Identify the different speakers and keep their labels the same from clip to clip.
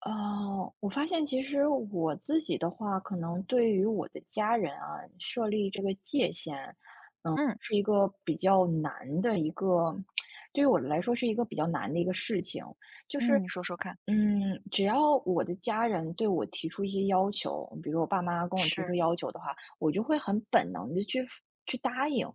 Speaker 1: 我发现其实我自己的话，可能对于我的家人啊，设立这个界限，嗯，
Speaker 2: 嗯
Speaker 1: 是一个比较难的一个，对于我来说是一个比较难的一个事情。
Speaker 2: 嗯，你说说看，
Speaker 1: 嗯，只要我的家人对我提出一些要求，比如我爸妈跟我提出
Speaker 2: 是，
Speaker 1: 要求的话，我就会很本能的去答应，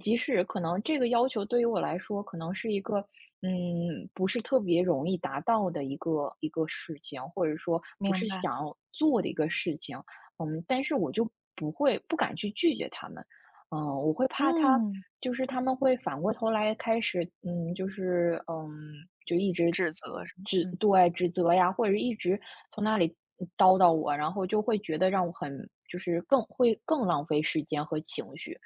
Speaker 1: 即使可能这个要求对于我来说，可能是一个不是特别容易达到的一个事情，或者说不
Speaker 2: 明
Speaker 1: 是
Speaker 2: 白，
Speaker 1: 想要做的一个事情，但是我就不敢去拒绝他们，我会怕他
Speaker 2: 嗯，
Speaker 1: 他们会反过头来开始，就一直
Speaker 2: 指责是吗？
Speaker 1: 指
Speaker 2: 嗯，
Speaker 1: 对指责呀，或者是一直从那里叨叨我，然后就会觉得让我很就是更会更浪费时间和情绪，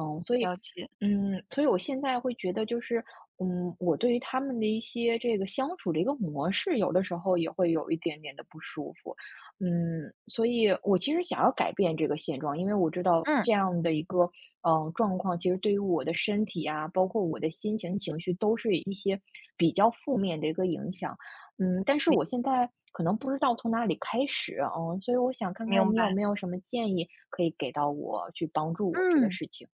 Speaker 1: 嗯，所以
Speaker 2: 了解，
Speaker 1: 所以我现在会觉得就是。我对于他们的一些这个相处的一个模式，有的时候也会有一点点的不舒服。所以我其实想要改变这个现状，因为我知道
Speaker 2: 嗯，
Speaker 1: 这样的一个状况，其实对于我的身体啊，包括我的心情、情绪，都是一些比较负面的一个影响。但是
Speaker 2: 明
Speaker 1: 我现在可能不知道从哪里开始，所以我想看看
Speaker 2: 明
Speaker 1: 你有
Speaker 2: 白，
Speaker 1: 没有什么建议可以给到我，去帮助我这个
Speaker 2: 嗯，
Speaker 1: 事情。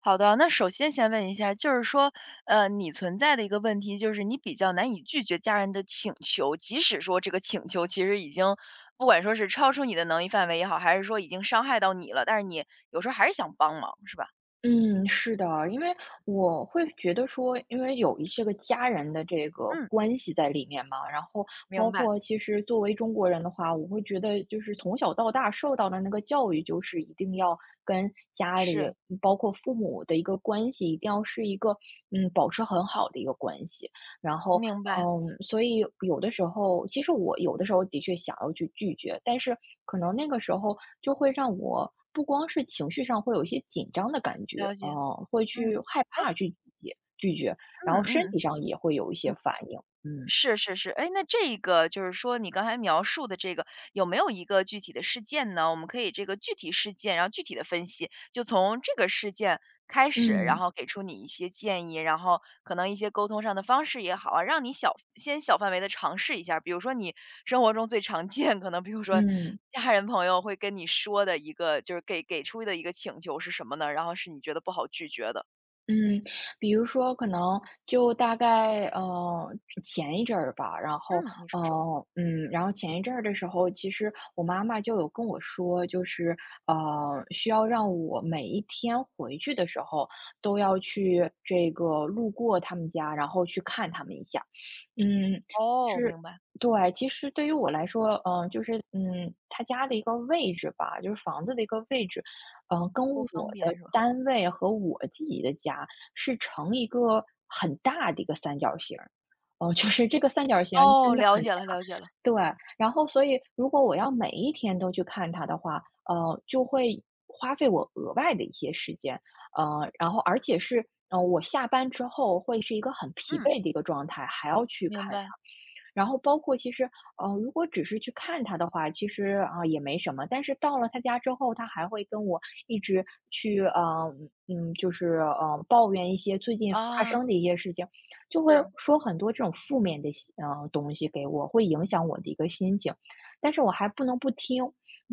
Speaker 2: 好的。那先问一下，就是说，你存在的一个问题，就是你比较难以拒绝家人的请求，即使说这个请求其实已经不管说是超出你的能力范围也好，还是说已经伤害到你了，但是你有时候还是想帮忙，是吧？
Speaker 1: 嗯，是的，因为我会觉得说，因为有一些个家人的这个
Speaker 2: 嗯，
Speaker 1: 关系在里面嘛，然后
Speaker 2: 明
Speaker 1: 包
Speaker 2: 白，
Speaker 1: 括其实作为中国人的话，我会觉得就是从小到大受到的那个教育，就是一定要跟家里，
Speaker 2: 是，
Speaker 1: 包括父母的一个关系，一定要是一个保持很好的一个关系。然后，
Speaker 2: 明白，
Speaker 1: 所以有的时候，其实我有的时候的确想要去拒绝，但是可能那个时候就会让我不光是情绪上会有一些紧张的感觉，
Speaker 2: 了解，
Speaker 1: 会
Speaker 2: 嗯，
Speaker 1: 去害
Speaker 2: 哎，
Speaker 1: 怕去拒绝,
Speaker 2: 嗯
Speaker 1: 然后身
Speaker 2: 嗯。
Speaker 1: 体上也会有一些反应，嗯。
Speaker 2: 是是是，哎，那这个就是说你刚才描述的这个，有没有一个具体的事件呢？我们可以这个具体事件，然后具体的分析，就从这个事件开始，然
Speaker 1: 嗯
Speaker 2: 后给出你一些建议，然后可能一些沟通上的方式也好啊，让你先小范围的尝试一下比如说你生活中最常见，可能比如说
Speaker 1: 嗯。
Speaker 2: 家人朋友会跟你说的一个，就是给出的一个请求是什么呢？然后是你觉得不好拒绝的。
Speaker 1: 嗯，比如说可能就大概前一阵儿吧，然后
Speaker 2: 嗯，你说说。
Speaker 1: 呃嗯，然后前一阵儿的时候，其实我妈妈就有跟我说，就是需要让我每一天回去的时候都要去这个路过他们家，然后去看他们一下。嗯，就
Speaker 2: 哦，
Speaker 1: 是
Speaker 2: 明白，
Speaker 1: 对，其实对于我来说，他家的一个位置吧，就是房子的一个位置。跟
Speaker 2: 不
Speaker 1: 我
Speaker 2: 方便
Speaker 1: 的
Speaker 2: 是吧？
Speaker 1: 单位和我自己的家是成一个很大的一个三角形儿，就是这个三角形
Speaker 2: 哦，
Speaker 1: 真的
Speaker 2: 了
Speaker 1: 很大。
Speaker 2: 解了，了解了。
Speaker 1: 对，然后所以如果我要每一天都去看它的话，就会花费我额外的一些时间，然后而且是，我下班之后会是一个很疲
Speaker 2: 嗯，
Speaker 1: 惫的一个状态，还要去
Speaker 2: 明
Speaker 1: 看它。
Speaker 2: 白，
Speaker 1: 然后包括其实，如果只是去看他的话，其实啊，也没什么。但是到了他家之后，他还会跟我一直去抱怨一些最近发
Speaker 2: 啊，
Speaker 1: 生的一些事情，就会
Speaker 2: 是，
Speaker 1: 说很多这种负面的东西给我，会影响我的一个心情，但是我还不能不听。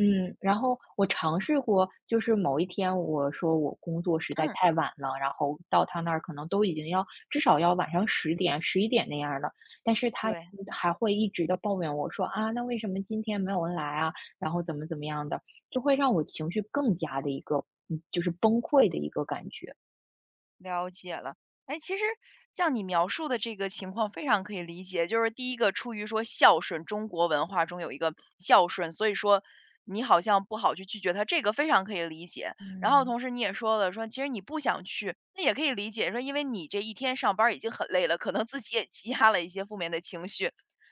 Speaker 1: 然后我尝试过，就是某一天我说我工作实在
Speaker 2: 嗯，
Speaker 1: 太晚了，然后到他那儿可能都已经至少要晚上10点、11点那样了，但是他
Speaker 2: 对，
Speaker 1: 还会一直的抱怨我说啊，那为什么今天没有人来啊？然后怎么怎么样的？就会让我情绪更加的一个崩溃的一个感觉。
Speaker 2: 了解了，哎，其实像你描述的这个情况非常可以理解，就是第一个出于说孝顺，中国文化中有一个孝顺，所以说你好像不好去拒绝他，这个非常可以理解。然后
Speaker 1: 嗯，
Speaker 2: 同时你也说了，说其实你不想去，那也可以理解，说因为你这一天上班儿已经很累了，可能自己也积压了一些负面的情绪，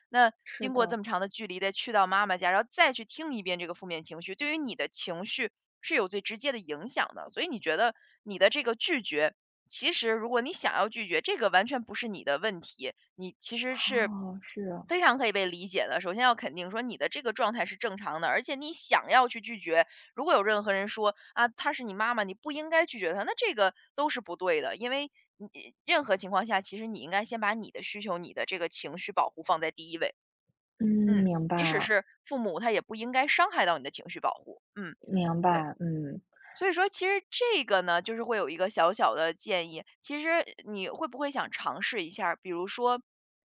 Speaker 2: 那
Speaker 1: 是
Speaker 2: 经过这
Speaker 1: 的。
Speaker 2: 么长的距离，再去到妈妈家，然后再去听一遍这个负面情绪，对于你的情绪是有最直接的影响的。所以你觉得你的这个拒绝？其实如果你想要拒绝，这个完全不是你的问题，你其实是
Speaker 1: 哦，是啊
Speaker 2: 非常可以被理解的。首先要肯定说你的这个状态是正常的，而且你想要去拒绝，如果有任何人说啊，她是你妈妈，你不应该拒绝她，那这个都是不对的，因为你任何情况下，其实你应该先把你的需求、你的这个情绪保护放在第一位。
Speaker 1: 嗯，
Speaker 2: 嗯，
Speaker 1: 明白，
Speaker 2: 即使是父母，他也不应该伤害到你的情绪保护。嗯，
Speaker 1: 明
Speaker 2: 对。
Speaker 1: 白，嗯，
Speaker 2: 所以说其实这个呢，就是会有一个小小的建议。其实你会不会想尝试一下儿比如说，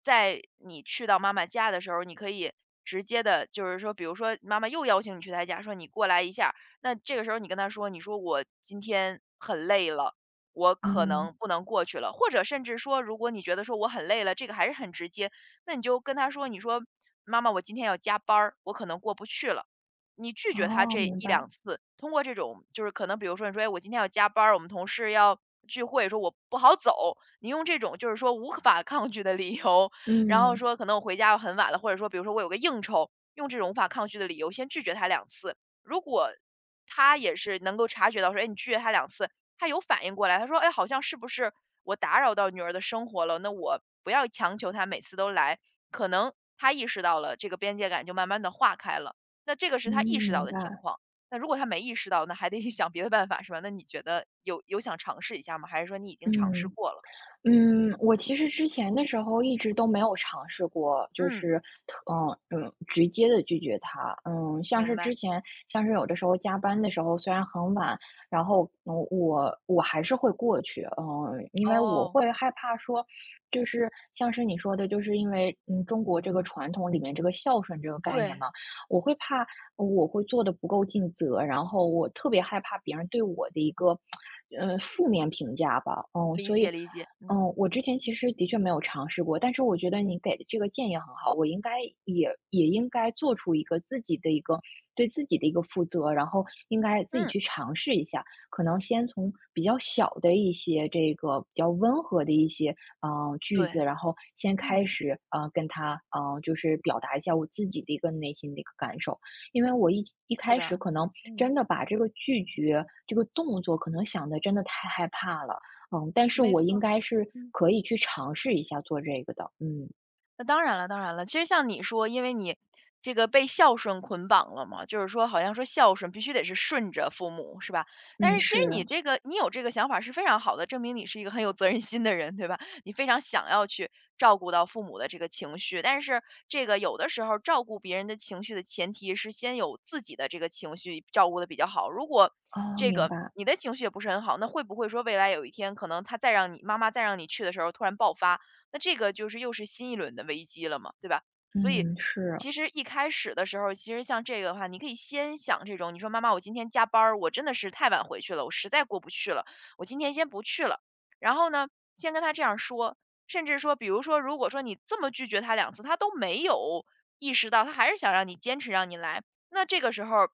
Speaker 2: 在你去到妈妈家的时候，你可以直接的，就是说，比如说妈妈又邀请你去她家，说你过来一下儿，那这个时候你跟她说，你说我今天很累了，我可
Speaker 1: 嗯，
Speaker 2: 能不能过去了。或者甚至说，如果你觉得说我很累了，这个还是很直接，那你就跟她说，你说妈妈，我今天要加班儿，我可能过不去了。你拒绝他
Speaker 1: 哦，
Speaker 2: 这
Speaker 1: 明
Speaker 2: 一
Speaker 1: 白，
Speaker 2: 两次，通过这种就是可能比如说你说：“哎，我今天要加班儿，我们同事要聚会，说我不好走。”你用这种就是说无法抗拒的理由，然后
Speaker 1: 嗯，
Speaker 2: 说可能我回家要很晚了，或者说比如说我有个应酬，用这种无法抗拒的理由先拒绝他两次。如果他也是能够察觉到说，哎，你拒绝他两次，他有反应过来，他说：“哎，好像是不是我打扰到女儿的生活了？那我不要强求她每次都来。”可能他意识到了这个边界感就慢慢的化开了。那这个是
Speaker 1: 嗯，
Speaker 2: 他意识到
Speaker 1: 明
Speaker 2: 的情
Speaker 1: 白，
Speaker 2: 况，那如果他没意识到，那还得 想别的办法是吧？那你觉得有想尝试一下吗？还是说你已经尝试
Speaker 1: 嗯。
Speaker 2: 过了？
Speaker 1: 我其实之前的时候一直都没有尝试过，就
Speaker 2: 嗯，
Speaker 1: 是直接的拒绝他。嗯，像是
Speaker 2: 明白。
Speaker 1: 之前，像是有的时候加班的时候，虽然很晚，然后我还是会过去，因为我
Speaker 2: 哦，
Speaker 1: 会害怕说，就是像是你说的，就是因为中国这个传统里面这个孝顺这个概念
Speaker 2: 对，
Speaker 1: 嘛，我会怕我会做的不够尽责，然后我特别害怕别人对我的一个。呃，负面评价吧，嗯，
Speaker 2: 理
Speaker 1: 所以
Speaker 2: 解理解，嗯，
Speaker 1: 嗯，我之前其实的确没有尝试过，但是我觉得你给的这个建议很好，我应该也应该做出一个自己的一个对自己的一个负责，然后应该自己
Speaker 2: 嗯，
Speaker 1: 去尝试一下，可能先从比较小的一些这个比较温和的一些呃句
Speaker 2: 对，
Speaker 1: 子，然后先开
Speaker 2: 嗯，
Speaker 1: 始跟他就是表达一下我自己的一个内心的一个感受，因为我一一
Speaker 2: 是
Speaker 1: 开始
Speaker 2: 的，
Speaker 1: 可能
Speaker 2: 嗯，
Speaker 1: 真的把这个拒绝这个动作可能想的真的太害怕了。但是
Speaker 2: 没
Speaker 1: 我应
Speaker 2: 错，
Speaker 1: 该是
Speaker 2: 嗯。
Speaker 1: 可以去尝试一下做这个的，嗯。
Speaker 2: 那当然了，当然了。其实像你说，因为你这个被孝顺捆绑了嘛，就是说好像说孝顺必须得是顺着父母，是吧？但
Speaker 1: 嗯，
Speaker 2: 是其实你
Speaker 1: 是，
Speaker 2: 这个你有这个想法是非常好的，证明你是一个很有责任心的人，对吧？你非常想要去照顾到父母的这个情绪，但是这个有的时候照顾别人的情绪的前提是先有自己的这个情绪照顾的比较好。如果
Speaker 1: 啊，
Speaker 2: 这
Speaker 1: 明
Speaker 2: 个
Speaker 1: 白，
Speaker 2: 你的情绪也不是很好，那会不会说未来有一天可能他再让你妈妈再让你去的时候突然爆发，那这个就是又是新一轮的危机了嘛，对吧？所以
Speaker 1: 嗯，是，
Speaker 2: 其实一开始的时候，其实像这个的话，你可以先想这种，你说妈妈，我今天加班儿，我真的是太晚回去了，我实在过不去了，我今天先不去了。然后呢，先跟他这样说，甚至说，比如说，如果说你这么拒绝他两次，他都没有意识到，他还是想让你坚持让你来，那这个时候，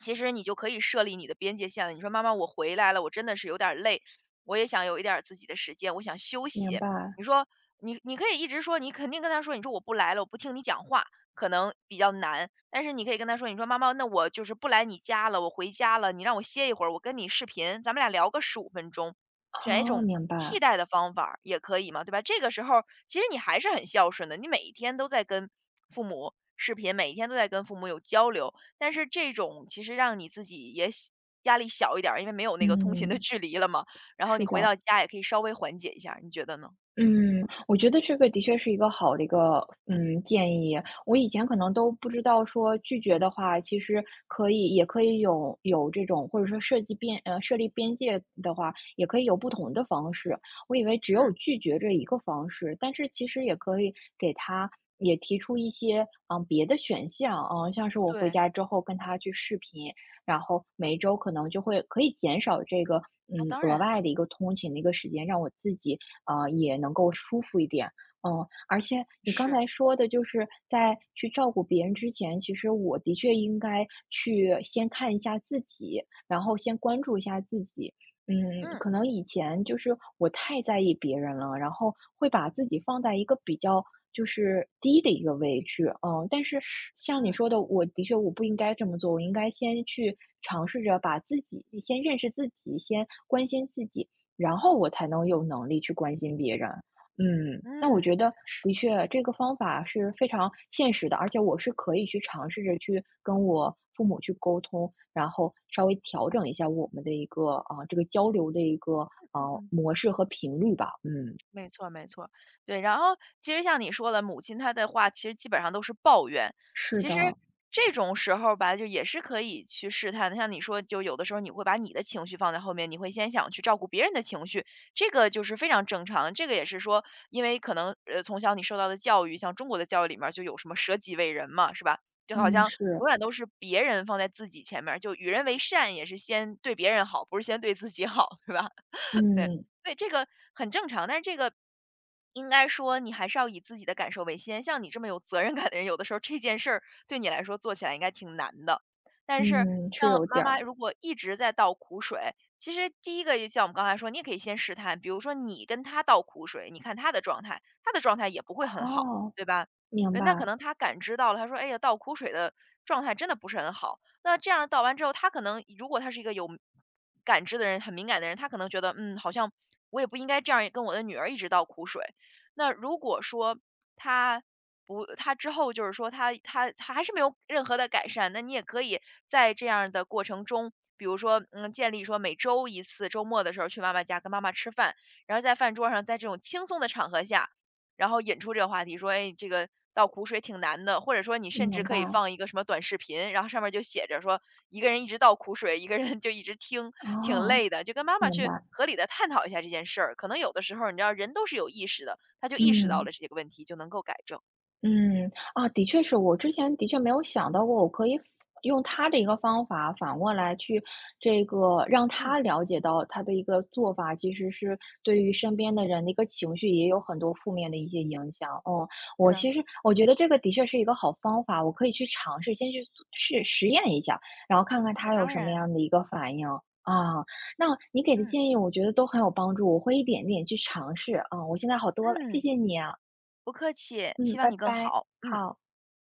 Speaker 2: 其实你就可以设立你的边界线了。你说妈妈，我回来了，我真的是有点儿累，我也想有一点儿自己的时间，我想休
Speaker 1: 明
Speaker 2: 息。
Speaker 1: 白，
Speaker 2: 你说你可以一直说，你肯定跟他说，你说我不来了，我不听你讲话，可能比较难。但是你可以跟他说，你说妈妈，那我就是不来你家了，我回家了，你让我歇一会儿，我跟你视频，咱们俩聊个15分钟，选一
Speaker 1: 哦，
Speaker 2: 种
Speaker 1: 明
Speaker 2: 替
Speaker 1: 白，
Speaker 2: 代的方法儿也可以嘛，对吧？这个时候其实你还是很孝顺的，你每一天都在跟父母视频，每一天都在跟父母有交流，但是这种其实让你自己也小压力小一点儿，因为没有那个通勤的
Speaker 1: 嗯，
Speaker 2: 距离了嘛。然后
Speaker 1: 是
Speaker 2: 你回到
Speaker 1: 的。
Speaker 2: 家也可以稍微缓解一下儿你觉得呢？
Speaker 1: 嗯，我觉得这个的确是一个好的一个建议。我以前可能都不知道说拒绝的话，其实也可以有这种，或者说设立边界的话，也可以有不同的方式。我以为只
Speaker 2: 嗯，
Speaker 1: 有拒绝这一个方式，但是其实也可以给他也提出一些别的选项，像是我回
Speaker 2: 对，
Speaker 1: 家之后跟他去视频，然后每一周可能可以减少这个
Speaker 2: 哦，当
Speaker 1: 额
Speaker 2: 然，
Speaker 1: 外的一个通勤的一个时间，让我自己啊，也能够舒服一点。嗯，而且你刚
Speaker 2: 是，
Speaker 1: 才说的就是在去照顾别人之前，其实我的确应该去先看一下自己，然后先关注一下自己。
Speaker 2: 嗯，
Speaker 1: 可能以前就是我太在意别人了，然后会把自己放在一个比较就是低的一个位置。嗯，但是
Speaker 2: 是，
Speaker 1: 像你
Speaker 2: 嗯，
Speaker 1: 说的，我的确不应该这么做，我应该先去尝试着把自己先认识自己，先关心自己。然后我才能有能力去关心别人。那我
Speaker 2: 嗯，
Speaker 1: 觉得
Speaker 2: 是，
Speaker 1: 的确这个方法是非常现实的，而且我是可以去尝试着去跟我父母去沟通，然后稍微调整一下我们的一个这个交流的一个啊
Speaker 2: 嗯。
Speaker 1: 模式和频率吧。嗯，
Speaker 2: 没错，没错，对。然后其实像你说的，母亲她的话其实基本上都是抱怨。
Speaker 1: 是
Speaker 2: 其实
Speaker 1: 的，
Speaker 2: 这种时候吧，就也是可以去试探的。像你说，就有的时候你会把你的情绪放在后面，你会先想去照顾别人的情绪，这个就是非常正常。这个也是说，因为可能从小你受到的教育，像中国的教育里面儿就有什么舍己为人嘛，是吧？就好
Speaker 1: 嗯，
Speaker 2: 像
Speaker 1: 是，
Speaker 2: 永远都是别人放在自己前面儿，就与人为善也是先对别人好，不是先对自己好，对吧？对，
Speaker 1: 嗯
Speaker 2: 所以这个很正常，但是这个应该说你还是要以自己的感受为先。像你这么有责任感的人，有的时候这件事儿对你来说做起来应该挺难的。但是
Speaker 1: 嗯，是
Speaker 2: 像
Speaker 1: 有
Speaker 2: 妈
Speaker 1: 点
Speaker 2: 妈
Speaker 1: 儿。
Speaker 2: 如果一直在倒苦水，其实第一个就像我们刚才说，你也可以先试探，比如说你跟他倒苦水，你看他的状态，他的状态也不会很好，
Speaker 1: 哦，
Speaker 2: 对吧？
Speaker 1: 明
Speaker 2: 对，那
Speaker 1: 白，
Speaker 2: 可能他感知到了，他说：“哎呀，倒苦水的状态真的不是很好。”那这样倒完之后，他可能如果他是一个有感知的人，很敏感的人，他可能觉得，嗯，好像我也不应该这样跟我的女儿一直倒苦水。那如果说他不，他之后就是说他还是没有任何的改善，那你也可以在这样的过程中，比如说，嗯，建立说每周一次周末的时候去妈妈家跟妈妈吃饭，然后在饭桌上，在这种轻松的场合下，然后引出这个话题说，哎，这个倒苦水挺难的，或者说你甚至
Speaker 1: 明
Speaker 2: 可
Speaker 1: 白，
Speaker 2: 以放一个什么短视频，然后上面就写着说一个人一直倒苦水，一个人就一直听，挺
Speaker 1: 哦，
Speaker 2: 累的，就跟妈妈
Speaker 1: 明
Speaker 2: 去
Speaker 1: 白，
Speaker 2: 合理的探讨一下这件事儿。可能有的时候你知道人都是有意识的，他就意识到
Speaker 1: 嗯。
Speaker 2: 了这个问题，就能够改正。
Speaker 1: 嗯，啊，的确是我之前的确没有想到过，我可以反用他的一个方法，反过来去这个让
Speaker 2: 嗯，
Speaker 1: 他了解到他的一个做法，其实是对于身边的人的一个情绪也有很多负面的一些影响。嗯，
Speaker 2: 是
Speaker 1: 我
Speaker 2: 啊，
Speaker 1: 其实我觉得这个的确是一个好方法，我可以去尝试，先去做实验一下，然后看看
Speaker 2: 那
Speaker 1: 他有
Speaker 2: 当
Speaker 1: 什么
Speaker 2: 然，
Speaker 1: 样的一个反应。啊，那你给的
Speaker 2: 嗯
Speaker 1: 建议我觉得都很有帮助，我会一点点去尝试啊，我现在好多了，谢
Speaker 2: 嗯，
Speaker 1: 谢你啊，
Speaker 2: 不客气，希
Speaker 1: 嗯，
Speaker 2: 望
Speaker 1: 拜
Speaker 2: 你更
Speaker 1: 拜，
Speaker 2: 好，嗯。
Speaker 1: 好。